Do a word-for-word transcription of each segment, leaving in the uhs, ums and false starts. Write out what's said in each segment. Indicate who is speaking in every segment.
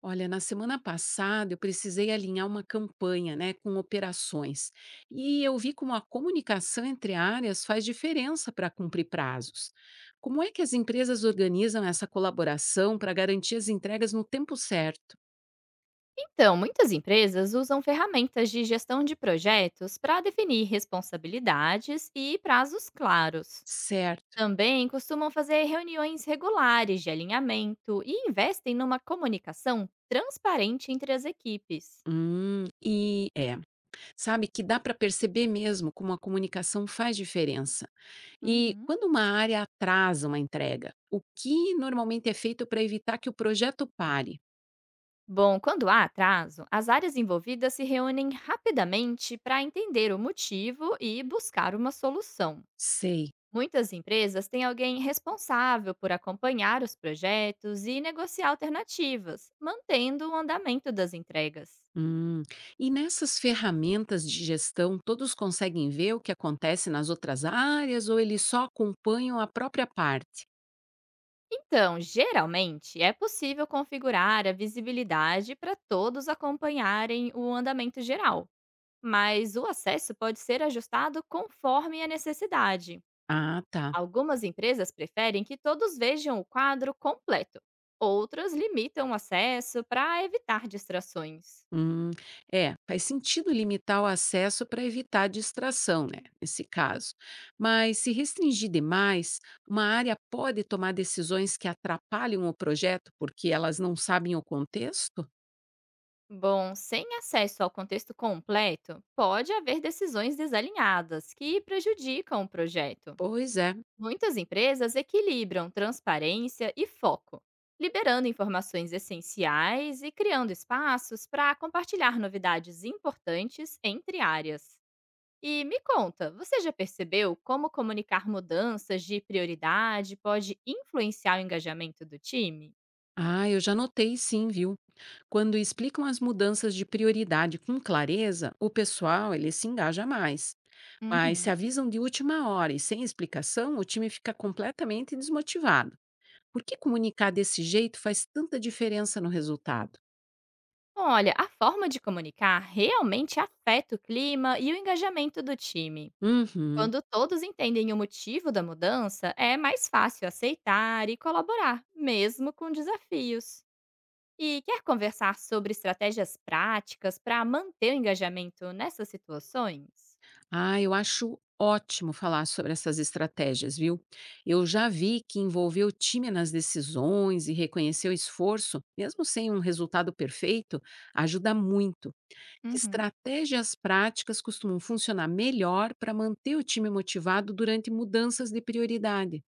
Speaker 1: Olha, na semana passada eu precisei alinhar uma campanha, né, com operações. E eu vi como a comunicação entre áreas faz diferença para cumprir prazos. Como é que as empresas organizam essa colaboração para garantir as entregas no tempo certo?
Speaker 2: Então, muitas empresas usam ferramentas de gestão de projetos para definir responsabilidades e prazos claros.
Speaker 1: Certo.
Speaker 2: Também costumam fazer reuniões regulares de alinhamento e investem numa comunicação transparente entre as equipes.
Speaker 1: Hum, e é, sabe que dá para perceber mesmo como a comunicação faz diferença. E
Speaker 2: Uhum.
Speaker 1: quando uma área atrasa uma entrega, o que normalmente é feito para evitar que o projeto pare?
Speaker 2: Bom, quando há atraso, as áreas envolvidas se reúnem rapidamente para entender o motivo e buscar uma solução.
Speaker 1: Sei.
Speaker 2: Muitas empresas têm alguém responsável por acompanhar os projetos e negociar alternativas, mantendo o andamento das entregas.
Speaker 1: Hum. E nessas ferramentas de gestão, todos conseguem ver o que acontece nas outras áreas ou eles só acompanham a própria parte?
Speaker 2: Então, geralmente, é possível configurar a visibilidade para todos acompanharem o andamento geral, mas o acesso pode ser ajustado conforme a necessidade.
Speaker 1: Ah, tá.
Speaker 2: Algumas empresas preferem que todos vejam o quadro completo, outras limitam o acesso para evitar distrações.
Speaker 1: Hum. É, faz sentido limitar o acesso para evitar distração, né? Nesse caso. Mas se restringir demais, uma área pode tomar decisões que atrapalham o projeto porque elas não sabem o contexto?
Speaker 2: Bom, sem acesso ao contexto completo, pode haver decisões desalinhadas que prejudicam o projeto.
Speaker 1: Pois é.
Speaker 2: Muitas empresas equilibram transparência e foco, liberando informações essenciais e criando espaços para compartilhar novidades importantes entre áreas. E me conta, você já percebeu como comunicar mudanças de prioridade pode influenciar o engajamento do time?
Speaker 1: Ah, eu já notei sim, viu? Quando explicam as mudanças de prioridade com clareza, o pessoal ele se engaja mais. Mas se
Speaker 2: Uhum.
Speaker 1: avisam de última hora e sem explicação, o time fica completamente desmotivado. Por que comunicar desse jeito faz tanta diferença no resultado?
Speaker 2: Olha, a forma de comunicar realmente afeta o clima e o engajamento do time.
Speaker 1: Uhum.
Speaker 2: Quando todos entendem o motivo da mudança, é mais fácil aceitar e colaborar, mesmo com desafios. E quer conversar sobre estratégias práticas para manter o engajamento nessas situações?
Speaker 1: Ah, eu acho ótimo falar sobre essas estratégias, viu? Eu já vi que envolver o time nas decisões e reconhecer o esforço, mesmo sem um resultado perfeito, ajuda muito. Que
Speaker 2: Uhum.
Speaker 1: estratégias práticas costumam funcionar melhor para manter o time motivado durante mudanças de prioridade?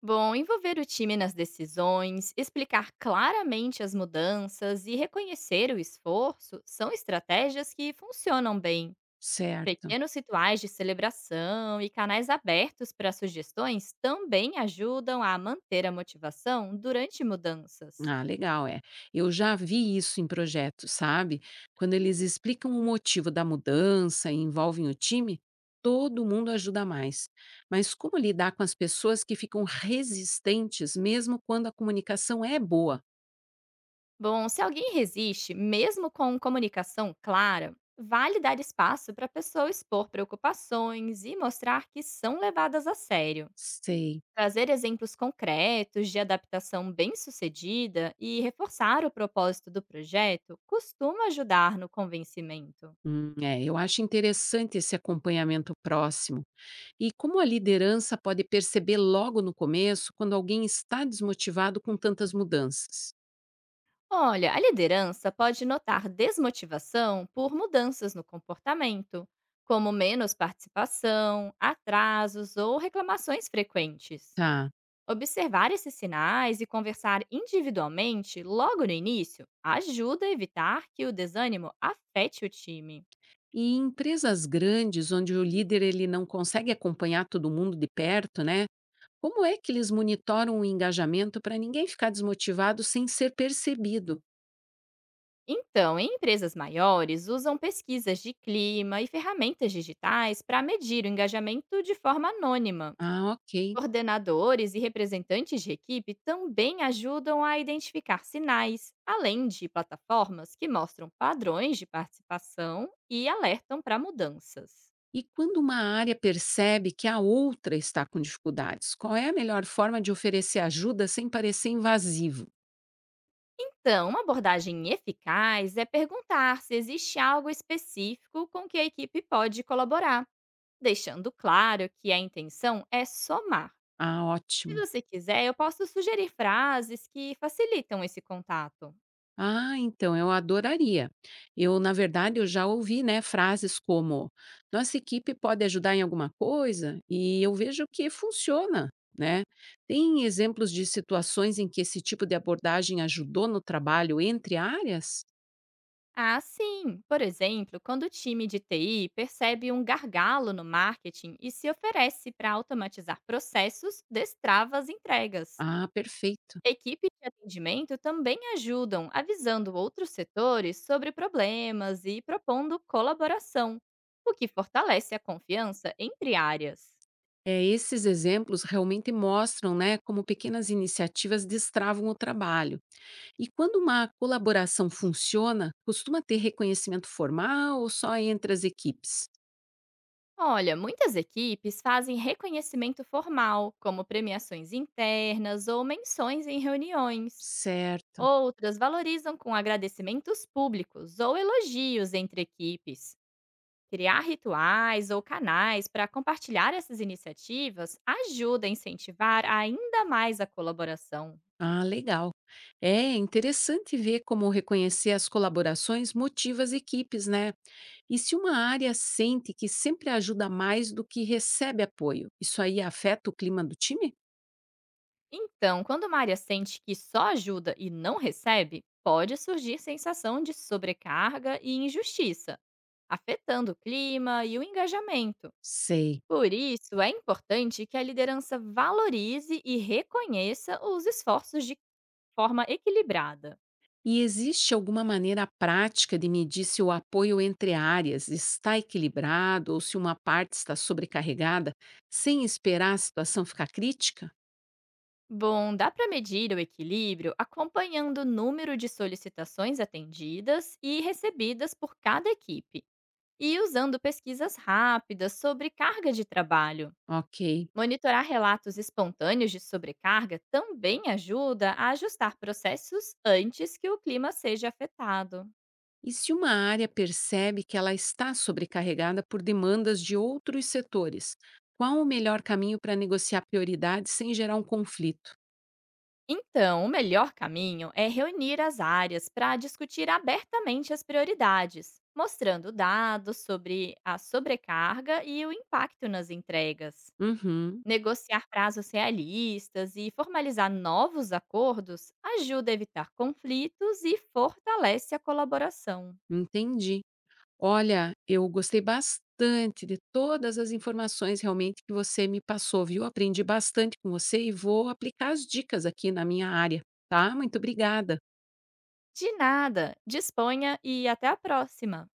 Speaker 2: Bom, envolver o time nas decisões, explicar claramente as mudanças e reconhecer o esforço são estratégias que funcionam bem.
Speaker 1: Certo.
Speaker 2: Pequenos rituais de celebração e canais abertos para sugestões também ajudam a manter a motivação durante mudanças.
Speaker 1: Ah, legal, é. Eu já vi isso em projetos, sabe? Quando eles explicam o motivo da mudança e envolvem o time, todo mundo ajuda mais. Mas como lidar com as pessoas que ficam resistentes mesmo quando a comunicação é boa?
Speaker 2: Bom, se alguém resiste, mesmo com comunicação clara, vale dar espaço para a pessoa expor preocupações e mostrar que são levadas a sério.
Speaker 1: Sei.
Speaker 2: Trazer exemplos concretos de adaptação bem-sucedida e reforçar o propósito do projeto costuma ajudar no convencimento.
Speaker 1: Hum, é, eu acho interessante esse acompanhamento próximo. E como a liderança pode perceber logo no começo quando alguém está desmotivado com tantas mudanças?
Speaker 2: Olha, a liderança pode notar desmotivação por mudanças no comportamento, como menos participação, atrasos ou reclamações frequentes.
Speaker 1: Tá.
Speaker 2: Observar esses sinais e conversar individualmente logo no início ajuda a evitar que o desânimo afete o time.
Speaker 1: E em empresas grandes, onde o líder ele não consegue acompanhar todo mundo de perto, né? Como é que eles monitoram o engajamento para ninguém ficar desmotivado sem ser percebido?
Speaker 2: Então, em empresas maiores, usam pesquisas de clima e ferramentas digitais para medir o engajamento de forma anônima.
Speaker 1: Ah, ok.
Speaker 2: Coordenadores e representantes de equipe também ajudam a identificar sinais, além de plataformas que mostram padrões de participação e alertam para mudanças.
Speaker 1: E quando uma área percebe que a outra está com dificuldades, qual é a melhor forma de oferecer ajuda sem parecer invasivo?
Speaker 2: Então, uma abordagem eficaz é perguntar se existe algo específico com que a equipe pode colaborar, deixando claro que a intenção é somar.
Speaker 1: Ah,
Speaker 2: Se
Speaker 1: ótimo.
Speaker 2: você quiser, eu posso sugerir frases que facilitam esse contato.
Speaker 1: Ah, então eu adoraria. Eu, na verdade, eu já ouvi, né, frases como: "Nossa equipe pode ajudar em alguma coisa?", e eu vejo que funciona, né. Tem exemplos de situações em que esse tipo de abordagem ajudou no trabalho entre áreas?
Speaker 2: Ah, sim! Por exemplo, quando o time de T I percebe um gargalo no marketing e se oferece para automatizar processos, destrava as entregas.
Speaker 1: Ah, perfeito.
Speaker 2: Equipes de atendimento também ajudam, avisando outros setores sobre problemas e propondo colaboração, o que fortalece a confiança entre áreas.
Speaker 1: É, esses exemplos realmente mostram, né, como pequenas iniciativas destravam o trabalho. E quando uma colaboração funciona, costuma ter reconhecimento formal ou só entre as equipes?
Speaker 2: Olha, muitas equipes fazem reconhecimento formal, como premiações internas ou menções em reuniões.
Speaker 1: Certo.
Speaker 2: Outras valorizam com agradecimentos públicos ou elogios entre equipes. Criar rituais ou canais para compartilhar essas iniciativas ajuda a incentivar ainda mais a colaboração.
Speaker 1: Ah, legal. É interessante ver como reconhecer as colaborações motiva as equipes, né? E se uma área sente que sempre ajuda mais do que recebe apoio, isso aí afeta o clima do time?
Speaker 2: Então, quando uma área sente que só ajuda e não recebe, pode surgir sensação de sobrecarga e injustiça, afetando o clima e o engajamento.
Speaker 1: Sei.
Speaker 2: Por isso, é importante que a liderança valorize e reconheça os esforços de forma equilibrada.
Speaker 1: E existe alguma maneira prática de medir se o apoio entre áreas está equilibrado ou se uma parte está sobrecarregada, sem esperar a situação ficar crítica?
Speaker 2: Bom, dá para medir o equilíbrio acompanhando o número de solicitações atendidas e recebidas por cada equipe, e usando pesquisas rápidas sobre carga de trabalho.
Speaker 1: Ok.
Speaker 2: Monitorar relatos espontâneos de sobrecarga também ajuda a ajustar processos antes que o clima seja afetado.
Speaker 1: E se uma área percebe que ela está sobrecarregada por demandas de outros setores, qual o melhor caminho para negociar prioridades sem gerar um conflito?
Speaker 2: Então, o melhor caminho é reunir as áreas para discutir abertamente as prioridades, mostrando dados sobre a sobrecarga e o impacto nas entregas.
Speaker 1: Uhum,
Speaker 2: Negociar prazos realistas e formalizar novos acordos ajuda a evitar conflitos e fortalece a colaboração.
Speaker 1: entendi. Olha, eu gostei bastante de todas as informações realmente que você me passou, viu? Aprendi bastante com você e vou aplicar as dicas aqui na minha área, tá? Muito obrigada.
Speaker 2: De nada, disponha e até a próxima!